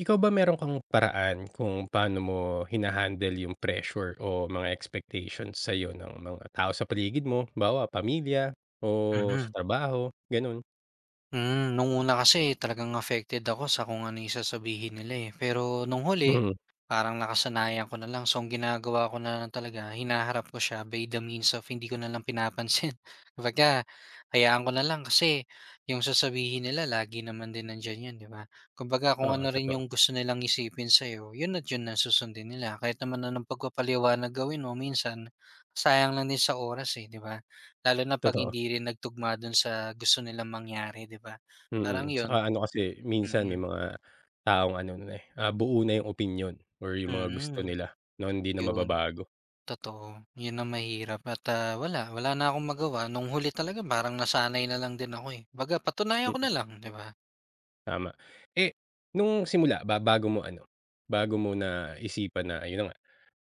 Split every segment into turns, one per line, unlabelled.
Ikaw ba meron kang paraan kung paano mo hinahandle yung pressure o mga expectations sa'yo ng mga tao sa paligid mo? Halimbawa, pamilya o sa
Mhm.
trabaho, gano'n?
Nung una kasi talagang affected ako sa kung ano yung sasabihin nila, eh. Pero nung huli,
Mm,
parang nakasanayan ko na lang. So, ang ginagawa ko na lang talaga, hinaharap ko siya by the means of hindi ko na lang pinapansin. Kumbaga, hayaan ko na lang kasi yung sasabihin nila lagi naman din nandiyan yun, di ba? Kumbaga, kung
oo,
ano rin
totoo,
yung gusto nilang isipin sa'yo, yun at yun na susundin nila. Kahit naman anong pagpapaliwanag gawin mo, minsan, sayang lang din sa oras, eh, di ba? Lalo na 'pag
totoo.
hindi rin nagtugma dun sa gusto nilang mangyari 'di ba? Parang
Mm,
yun,
tsaka ano kasi minsan
mm,
may mga taong ano na, eh, buo na yung opinyon or yung mga gusto
mm,
nila 'no, hindi na
yun,
mababago.
totoo. Yun ang mahirap at, wala na akong magawa nung huli talaga parang nasanay na lang din ako, eh. Kumbaga patunayan ko
Mm,
na lang 'di ba?
tama. Eh, nung simula ba bago mo ano, bago mo naisipan na ayun na nga,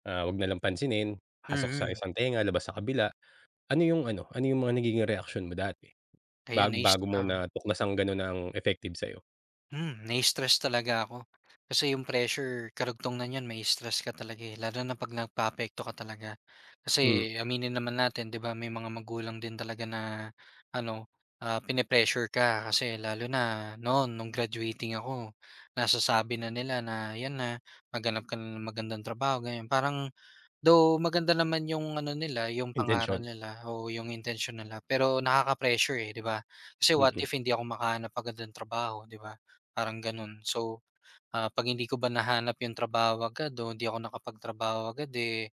'wag na lang pansinin, pasok sa
Mm,
isang tenga, labas sa kabila. Ano yung ano, ano yung mga nagiging reaksyon mo dati,
Kaya
bago mo
na-stump.
natuklasang gano'n ang effective sa'yo?
Nai-stress talaga ako. Kasi yung pressure karugtong na niyan may stress ka talaga, eh, lalo na 'pag nagpaapekto ka talaga. Kasi
Hmm,
aminin naman natin 'di ba may mga magulang din talaga na ano, pine-pressure ka kasi lalo na noon nung graduating ako, nasasabi na nila na 'yan na, maghanap ka na ng magandang trabaho, ganyan. Parang, though maganda naman yung ano nila, yung pangaral
intensyon,
nila o yung intensyon nila pero nakaka-pressure, eh, 'di ba? Kasi what
mm.
if hindi ako makahanap agad ng trabaho, 'di ba? Parang gano'n. So, 'pag hindi ko ba nahanap yung trabaho agad o hindi ako nakapagtrabaho agad, eh,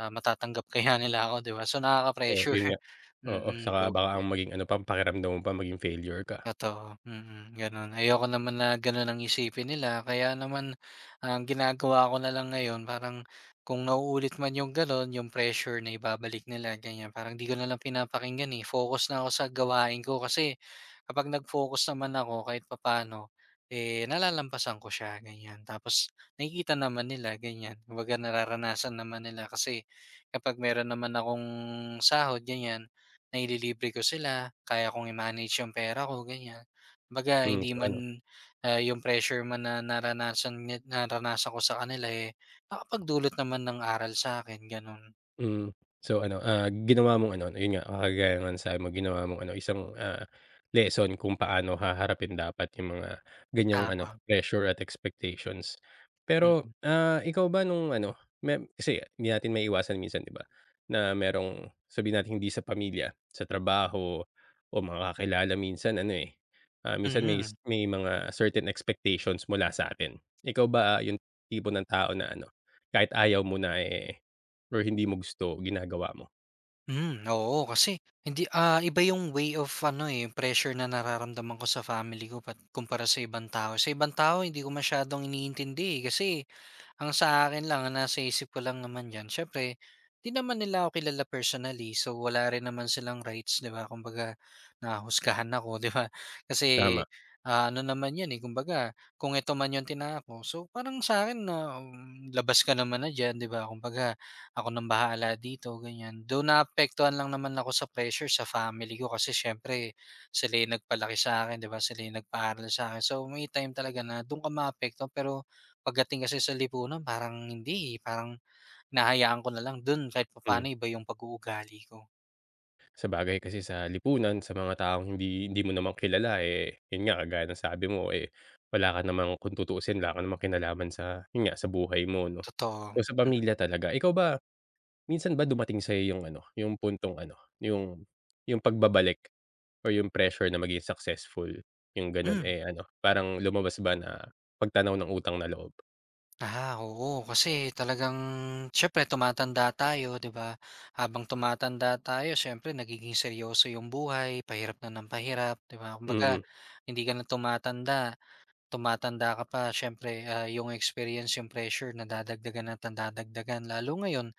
matatanggap kaya nila ako, 'di ba? So,
Oo,
nakaka-pressure.
yun nga. Oo, saka baka ang
Doble.
maging ano pa, pakiramdam mo pa maging failure ka.
Totoo, gano'n. Ayoko naman na gano'n ang isipin nila kaya naman ang ginagawa ko na lang ngayon parang kung nauulit man yung gano'n, yung pressure na ibabalik nila ganyan, parang 'di ko na lang pinapakinggan, eh, focus na ako sa gawain ko kasi kapag nag-focus naman ako kahit papaano, eh, nalalampasan ko siya ganyan. Tapos nakikita naman nila ganyan, kumbaga nararanasan naman nila kasi kapag meron naman akong sahod ganyan. Naililibre ko sila, kaya kong i-manage yung pera ko, ganyan. Kumbaga
Hmm,
hindi
so ano.
man, yung pressure man na naranasan ko sa kanila, eh, nakapagdulot naman ng aral sa akin gano'n.
Mm. So ano, ginawa mong ano, yun nga, kagaya nga ng sabi mo, ginawa mong ano, isang, lesson kung paano haharapin dapat yung mga ganyang ano,
ah,
pressure at expectations. Pero,
mm.
ikaw ba nung ano, may kasi hindi natin may iwasan minsan, 'di ba, na merong sabihin natin hindi sa pamilya, sa trabaho o mga kakilala minsan ano, eh, minsan may
Mm.
may mga certain expectations mula sa atin. Ikaw ba, yung tipo ng tao na ano, kahit ayaw mo na, eh, or hindi mo gusto ginagawa mo,
Mm, oo, kasi hindi, iba yung way of ano, eh, pressure na nararamdaman ko sa family ko pat kumpara sa ibang tao. Sa ibang tao hindi ko masyadong iniintindi, eh, kasi ang sa akin lang, ang nasa isip ko lang naman diyan, siyempre 'di naman nila ako kilala personally, so wala rin naman silang rights, 'di ba? Kumbaga nahusgahan ako, 'di ba? Kasi,
tama,
ano naman 'yan, eh, kumbaga kung ito man 'yung tinako, so parang sa akin na, labas ka naman na diyan, 'di ba? Kumbaga ako nang bahala dito, ganiyan. Though naapektuhan lang naman ako sa pressure sa family ko kasi siyempre sila 'yung nagpalaki sa akin, 'di ba? Sila 'yung nagpaaral sa akin, so may time talaga na do'n ka maapektuhan pero pagdating kasi sa lipunan parang hindi, eh, parang hinahayaan ko na lang dun kahit
mm.
papaano iba yung pag-uugali ko,
Sabagay kasi sa lipunan, sa mga taong hindi hindi mo naman kilala, eh, yun nga kagaya ng sabi mo, eh, wala ka namang kung tutuusin wala ka namang kinalaman sa yun nga sa buhay mo 'no.
totoo.
So, sa pamilya talaga, ikaw ba minsan ba dumating sa'yo yung ano, yung puntong ano, yung yung pagbabalik or yung pressure na maging successful, yung gano'n,
Mm.
eh, ano parang lumabas ba na pagtanaw ng utang na loob?
Ah, oo kasi talagang siyempre tumatanda tayo 'di ba? Habang tumatanda tayo siyempre nagiging seryoso yung buhay, pahirap na ng pahirap 'di ba?
Mm,
Kumbaga hindi ka na tumatanda. Tumatanda ka pa siyempre, yung experience, yung pressure nadadagdagan at nadadagdagan. Lalo ngayon,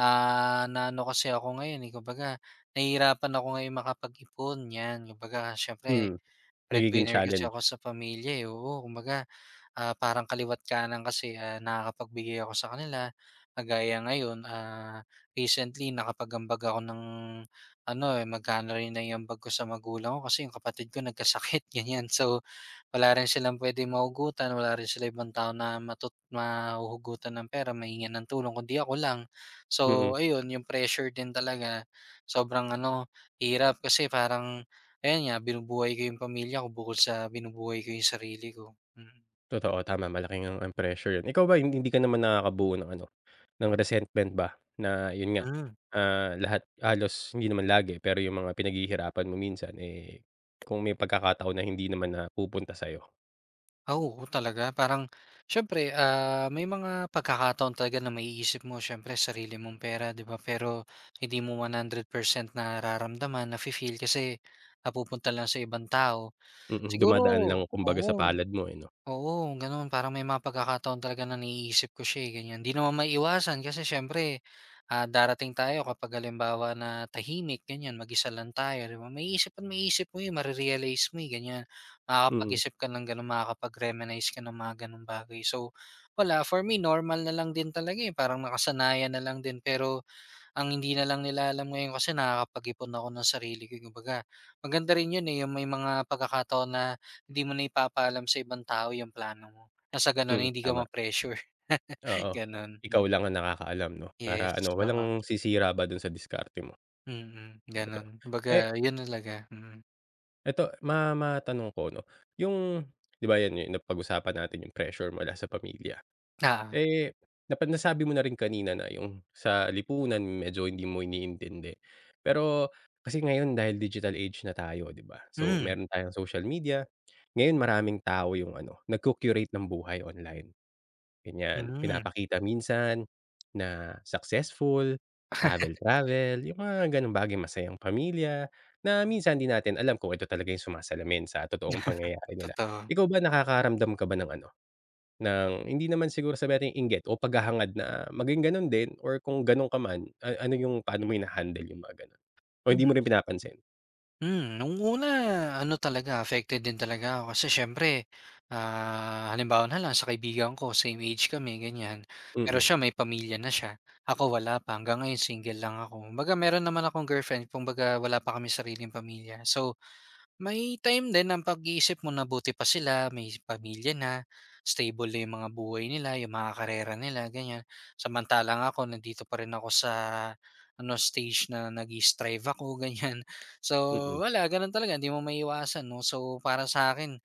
na ano kasi ako ngayon, eh, kumbaga nahihirapan ako ngayon makapag-ipon, 'yan. Kumbaga siyempre
hmm, nagiging
breadwinner kasi
challenge,
ako sa pamilya, eh, oo. Kumbaga parang kaliwa't kanan kasi, nakakapagbigay ako sa kanila. Kagaya ngayon, recently nakapag ako ng ano, eh, magkano rin naiambag ko sa magulang ko kasi yung kapatid ko nagkasakit, ganyan. So, wala rin silang puwedeng mahugutan, wala rin sila ibang tao na mahuhugutan ng pera, mahingan ng tulong kundi ako lang. So,
mm.
ayun yung pressure din talaga sobrang ano, hirap kasi parang ayan nga, binubuhay ko yung pamilya ko bukod sa binubuhay ko yung sarili ko. Mm.
Totoo, tama malaking ngang ang pressure yun. Ikaw ba hindi hindi ka naman nakakabuo ng ano, ng resentment ba na yun nga,
Hmm.
lahat halos hindi naman lagi, pero yung mga pinaghihirapan mo minsan, eh, kung may pagkakataon na hindi naman na pupunta sa'yo,
Ah, oo talaga parang siyempre, may mga pagkakataon talaga na maiisip mo siyempre sarili mong pera 'di ba, pero hindi mo 100% nararamdaman, nafi-feel kasi napupunta lang sa ibang tao. Siguro
dumadaan lang kumbaga
oo.
sa palad mo, eh, 'no?
Oo, gano'n. Parang may mga pagkakataon talaga na naiisip ko siya, eh, ganyan. 'Di naman maiiwasan kasi siyempre, darating tayo kapag halimbawa na tahimik, ganyan, mag-isa lang tayo, 'di ba? Maiisip at maiisip mo 'yun, mare mo, eh, ganyan.
Mm,
Makakapag-isip ka ng gano'n, makakapag-reminisce ka ng mga gano'ng bagay. So, wala, for me normal na lang din talaga, eh, parang nakasanayan na lang din. Pero ang hindi na lang nila alam ngayon kasi nakakapag-ipon ako ng sarili ko, kumbaga. Maganda rin yun, eh, yung may mga pagkakataon na hindi mo na ipapaalam sa ibang tao yung plano mo. Na ganun
mm,
hindi ka
tama,
ma-pressure,
oo.
ganun.
Ikaw lang ang nakakaalam 'no,
Yes,
para ano,
oo.
walang sisira ba dun sa diskarte mo,
Ganun.
totoo.
Kumbaga
Eh,
yun talaga, mm.
eto matanong ko 'no, yung 'di ba yan yung napag-usapan natin yung pressure mula sa pamilya.
Oo.
Eh, nasabi mo na rin kanina na yung sa lipunan medyo hindi mo iniintindi. Pero kasi ngayon dahil digital age na tayo, 'di ba? So,
Hmm,
meron tayong social media. Ngayon maraming tao yung ano, nagco-curate ng buhay online, ganyan.
hmm,
Pinapakita minsan na successful, travel-travel, yung mga gano'ng bagay, masayang pamilya na minsan 'di natin alam kung ito talaga yung sumasalamin sa totoong pangyayari nila.
totoo.
Ikaw ba, nakakaramdam ka ba ng ano ng hindi naman siguro sabi nating inggit o paghahangad na maging gano'n din or kung gano'n ka man, ano yung paano mo hina-handle yung mga gano'n o
Hmm.
hindi mo rin pinapansin?
Nung una ano talaga affected din talaga ako kasi siyempre, halimbawa na lang sa kaibigan ko same age kami ganyan, pero
Mm,
siya may pamilya na siya, ako wala pa hanggang ngayon single lang ako. Kumbaga meron naman akong girlfriend kumbaga wala pa kaming sariling pamilya. So, may time din ang pag-iisip mo na buti pa sila, may pamilya na, stable na yung mga buhay nila, yung mga karera nila, ganyan. Samantalang ako, nandito pa rin ako sa ano stage na nag-i-strive ako, ganyan. So,
mm,
wala, ganun talaga, hindi mo maiiwasan, no? So, para sa akin,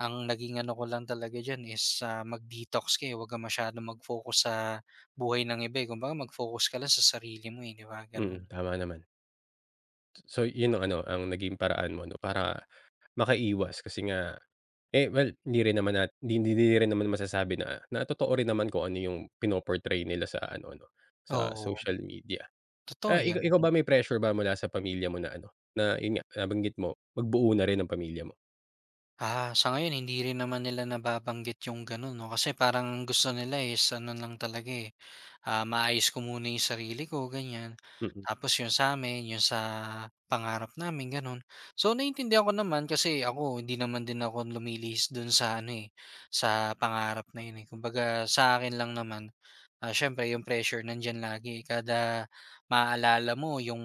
ang naging ano ko lang talaga dyan is mag-detox ka eh. Huwag ka masyado mag-focus sa buhay ng iba eh. Kumbaga, mag-focus ka lang sa sarili mo eh, di ba? Ganun.
mm, tama naman. So, yun ang ano, ang naging paraan mo 'no, para makaiwas kasi nga eh, well, hindi rin naman hindi hindi hindi rin naman masasabi na na totoo rin naman kung ano yung pino-portray nila sa ano 'no, sa
Oo,
social media.
totoo yan.
Ikaw ikaw ba may pressure ba mula sa pamilya mo na ano, na yun nga nabanggit mo, magbuo na rin ang pamilya mo?
Ah, sa ngayon hindi rin naman nila nababanggit yung gano'n 'no, kasi parang ang gusto nila eh, is ano lang talaga, eh, maayos ko muna yung sarili ko ganyan.
Mm,
Tapos yung sa'min, yung sa pangarap namin gano'n. So, naiintindihan ko naman kasi ako hindi naman din ako lumilihis do'n sa ano, eh, sa pangarap na yun, eh. Kumbaga sa akin lang naman. Ah, siyempre yung pressure nandiyan lagi eh, kada maaalala mo yung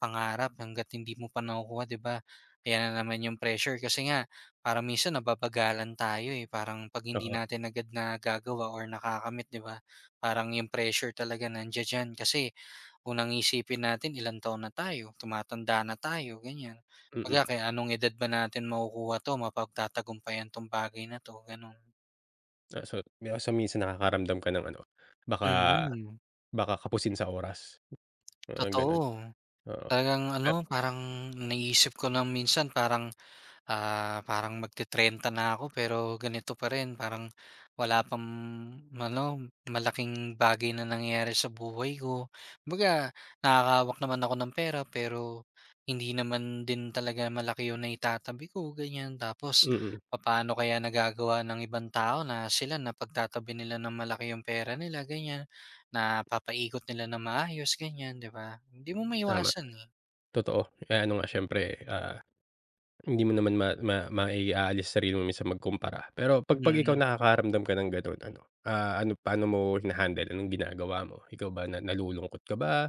pangarap hangga't hindi mo pa nakukuha 'di ba? Ayan na naman yung pressure kasi nga para minsan nababagalan tayo, eh, parang 'pag hindi
oo,
natin agad nagagawa or nakakamit 'di ba, parang yung pressure talaga nandiya diyan kasi unang isipin natin ilang taon na tayo, tumatanda na tayo ganyan.
mm.
Kumbaga kaya anong edad ba natin makukuha 'to, mapagtatagumpayan 'tong bagay na 'to, gano'n.
So di ba, so minsan nakakaramdam ka ng ano, baka
Mm,
baka kapusin sa oras, mga gano'n,
totoo.
oo.
Talagang
At
ano, parang naisip ko na minsan parang, parang magte-trenta na ako pero ganito pa rin, parang wala pang ano, malaking bagay na nangyayari sa buhay ko. Kumbaga nakakahawak naman ako ng pera pero hindi naman din talaga malaki yung naitatabi ko, ganyan. Tapos
mm,
paano kaya nagagawa ng ibang tao na sila napagtatabi nila ng malaki yung pera nila, ganyan, na napapaikot nila na maayos, ganyan, 'di ba? Hindi mo
tama,
maiwasan, eh.
totoo. Eh, ano nga siyempre, ah, hindi mo naman ma ma maiaalis sa sarili mo minsan magkumpara. Pero 'pag ikaw
Mm,
nakakaramdam ka ng gano'n ano, ano paano mo hina-handle, anong ginagawa mo? Ikaw ba na nalulungkot ka ba,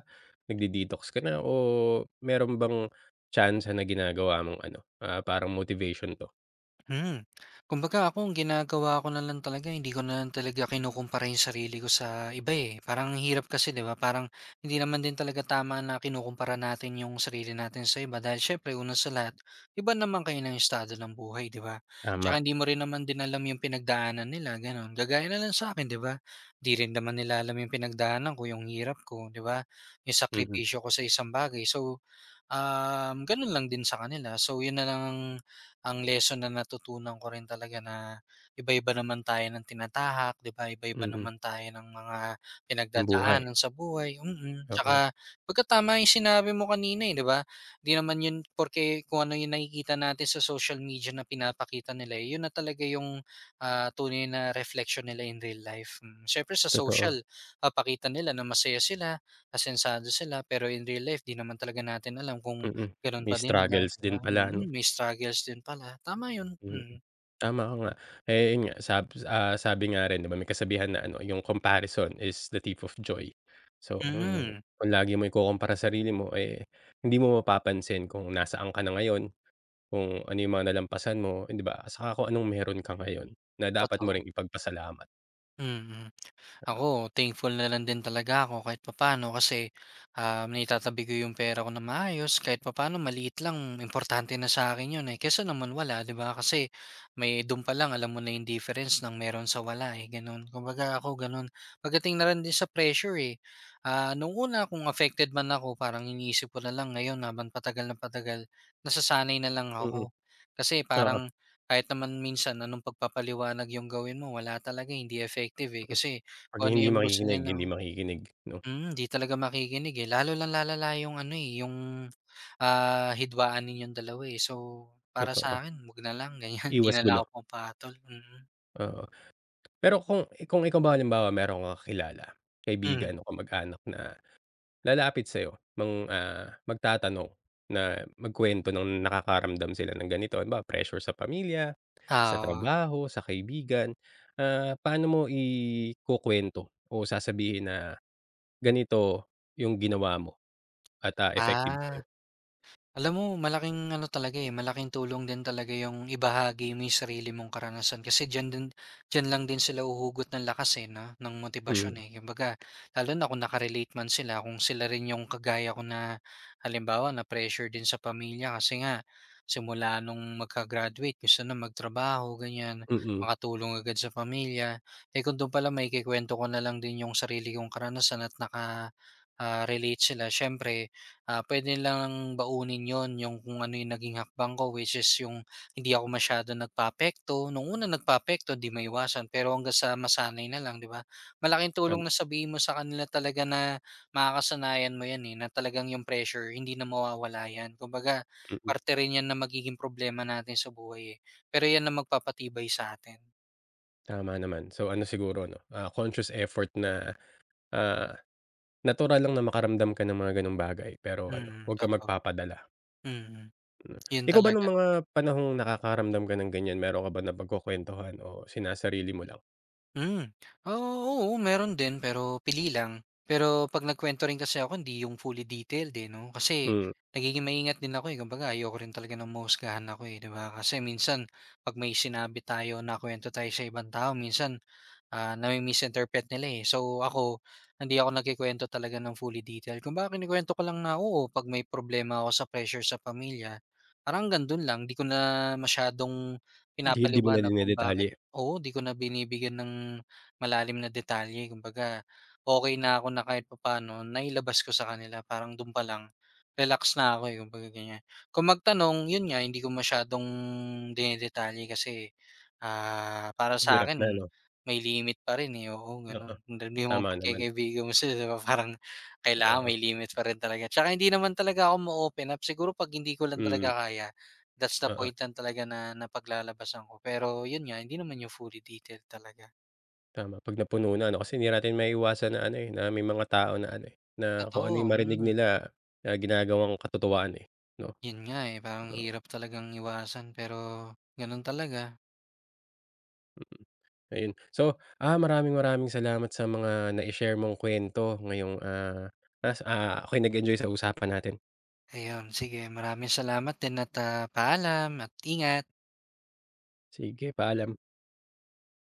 nagde-detox ka na o meron bang tyansa na ginagawa mong ano, parang motivation 'to?
hmm. Kumbaga ako ang ginagawa ko na lang talaga hindi ko na lang talaga kinukumpara yung sarili ko sa iba, eh. Parang ang hirap kasi 'di ba, parang hindi naman din talaga tama na kinukumpara natin yung sarili natin sa iba dahil siyempre una sa lahat, iba naman kayo ng estado ng buhay 'di ba?
Tama,
Tsaka hindi mo rin naman din alam yung pinagdaanan nila gano'n. Kagaya na lang sa'kin 'di ba, 'di rin naman nila alam yung pinagdaanan ko, yung hirap ko 'di ba, yung
mm,
sakripisyo ko sa isang bagay. So gano'n lang din sa kanila. So, 'yun na lang ang lesson na natutunan ko rin talaga na iba-iba naman tayo ng tinatahak, 'di ba? Iba-iba
mm,
naman tayo ng mga
ng buhay,
pinagdadaanan sa buhay, mm.
oo.
Tsaka pagka tama 'yung sinabi mo kanina, eh, 'di ba? 'Di naman 'yun porque kung ano 'yung nakikita natin sa social media na pinapakita nila, eh, 'yun na talaga 'yung, tunay na reflection nila in real life, mm. Siyempre sa
Totoo,
social, papakita nila na masaya sila, asensado sila pero in real life 'di naman talaga natin alam kung
mm.
gano'n
May
pa din ba,
struggles
'di
din
ba?
pala 'no,
May struggles din pala, tama 'yun,
mm.
mm.
Tama ka nga, eh, yun nga sabi nga rin 'di ba may kasabihan na ano, yung comparison is the thief of joy. So kung
Hmm,
kung lagi mo ikukumpara sarili mo, eh, hindi mo mapapansin kung nasaan ka na ngayon, kung ano yung mga nalampasan mo, eh, 'di ba? Saka kung anong meron ka ngayon na dapat mo
totoo,
ring ipagpasalamat.
mm. Ako, thankful na lang din talaga ako kahit papaano kasi, naitatabi ko yung pera ko na maayos kahit papaano maliit lang importante na sa akin yun, eh, kaysa naman wala, 'di ba? Kasi may dun pa lang alam mo na yung difference ng meron sa wala, eh, gano'n. Kumbaga ako gano'n. Pagdating na rin din sa pressure, eh, nung una kung affected man ako parang iniisip ko na lang ngayon naman patagal na patagal nasasanay na lang
Mm,
ako. Kasi
oo.
parang kahit naman minsan anong pagpapaliwanag yung gawin mo wala talaga, eh, hindi effective, eh, kasi
'Pag
kung ano yung gusto nila.
hindi makikinig 'no,
'Di talaga makikinig, eh, lalo lang lalala yung ano, eh, yung, hidwaan ninyong dalawa, eh. So, para sa
totoo.
akin 'wag na lang ganyan, 'di
Iwas
na lang
gulo,
ako pumapatol, mm.
oo. Pero kung ikaw ba halimbawa meron kang kakilala,
Hmm,
kaibigan o, mm, kamag-anak na lalapit sa'yo mang, magtatanong na magkuwento ng nakakaramdam sila ng ganito, halimbawa pressure sa pamilya, sa
oo.
trabaho, sa kaibigan, paano mo ikukuwento o sasabihin na ganito yung ginawa mo at, effective sa'yo?
Ah. Alam mo malaking ano talaga, eh, malaking tulong din talaga yung ibahagi mo yung sarili mong karanasan kasi diyan lang din sila uhugot ng lakas, eh, 'no, ng motibasyon,
Mm,
eh. Kumbaga lalo na kung naka-relate man sila, kung sila rin yung kagaya ko na halimbawa na-pressure din sa pamilya kasi nga simula nung magka-graduate gusto na magtrabaho ganyan,
mm,
makatulong agad sa pamilya. Eh, kung dun pala maikukuwento ko na lang din yung sarili kong karanasan at naka relate sila siyempre. Ah, puwede nilang baunin 'yon, yung kung ano yung naging hakbang ko which is yung hindi ako masyadong nagpapekto, nung una nagpapekto 'di maiwasan, pero hanggang sa masanay na lang, 'di ba? Malaking
tam
tulong na sabihin mo sa kanila talaga na makakasanayan mo 'yan, eh, na talagang yung pressure hindi na mawawala 'yan. Kumbaga
mm, mm.
parte rin 'yan na magiging problema natin sa buhay, eh, pero 'yan na magpapatibay sa atin.
Tama naman. So ano siguro 'no, conscious effort na, ah natural lang na makaramdam ka ng mga gano'ng bagay, pero ano,
Mm,
huwag kang
totoo.
magpapadala.
Mm,
Hmm.
'Yun
Ikaw ba
talaga.
nung mga panahong nakakaramdam ka ng ganyan, meron ka ba na napagkukuwentuhan o sinasarili mo lang?
Hmm. Oo, oo, meron din pero pili lang. Pero 'pag nagkuwento rin kasi ako hindi yung fully detailed, eh, 'no, kasi
Hmm,
nagiging maingat din ako, eh. Kumbaga ayoko rin talaga ng mahusgahan ako, eh, 'di ba? Kasi minsan 'pag may sinabi tayo, nakuwento tayo sa ibang tao minsan. Ah, nami-misinterpret nila, eh. So, ako hindi ako nagkikwento talaga ng fully detailed. Kumbaga kinukuwento ko lang na, oo, 'pag may problema ako sa pressure sa pamilya, parang hanggang do'n lang. 'Di ko na masyadong
'di mo na
pinapaliwanag kung bakit
dinedetalye.
oo, 'di ko na binibigyan ng malalim na detalye. Kumbaga, okay na ako na kahit papaano nailabas ko sa kanila. Parang do'n pa lang relax na ako, eh, kumbaga ganyan. Kung magtanong, 'yun nga, hindi ko masyadong dinedetalye kasi, para sa
Hirap
akin
na 'no?
may limit pa rin, eh, oo
Oo,
gano'n. Hindi yung mga
tama naman,
pagkakaibigan mo sila 'di ba parang kailangan
oo.
may limit pa rin talaga. Tsaka hindi naman talaga ako ma-open up, siguro 'pag hindi ko lang
Mm,
talaga kaya, that's the
oo,
point lang talaga na napaglalabasan ko. Pero yun nga, hindi naman yung fully detailed talaga.
tama. 'Pag napuno na ano, kasi hindi natin maiiwasan na ano, eh, na may mga tao na ano, eh, na kung ano yung
Totoo,
marinig
mm.
nila, ginagawang katotohaan, eh, 'no?
Yun nga, eh, parang
Oo,
hirap talagang iwasan pero ganun talaga.
mm. Ayun. So, maraming maraming salamat sa mga nai-share mong kwento ngayong, ako'y nag-enjoy sa usapan natin.
Ayun, sige maraming salamat din at, paalam at ingat.
Sige, paalam.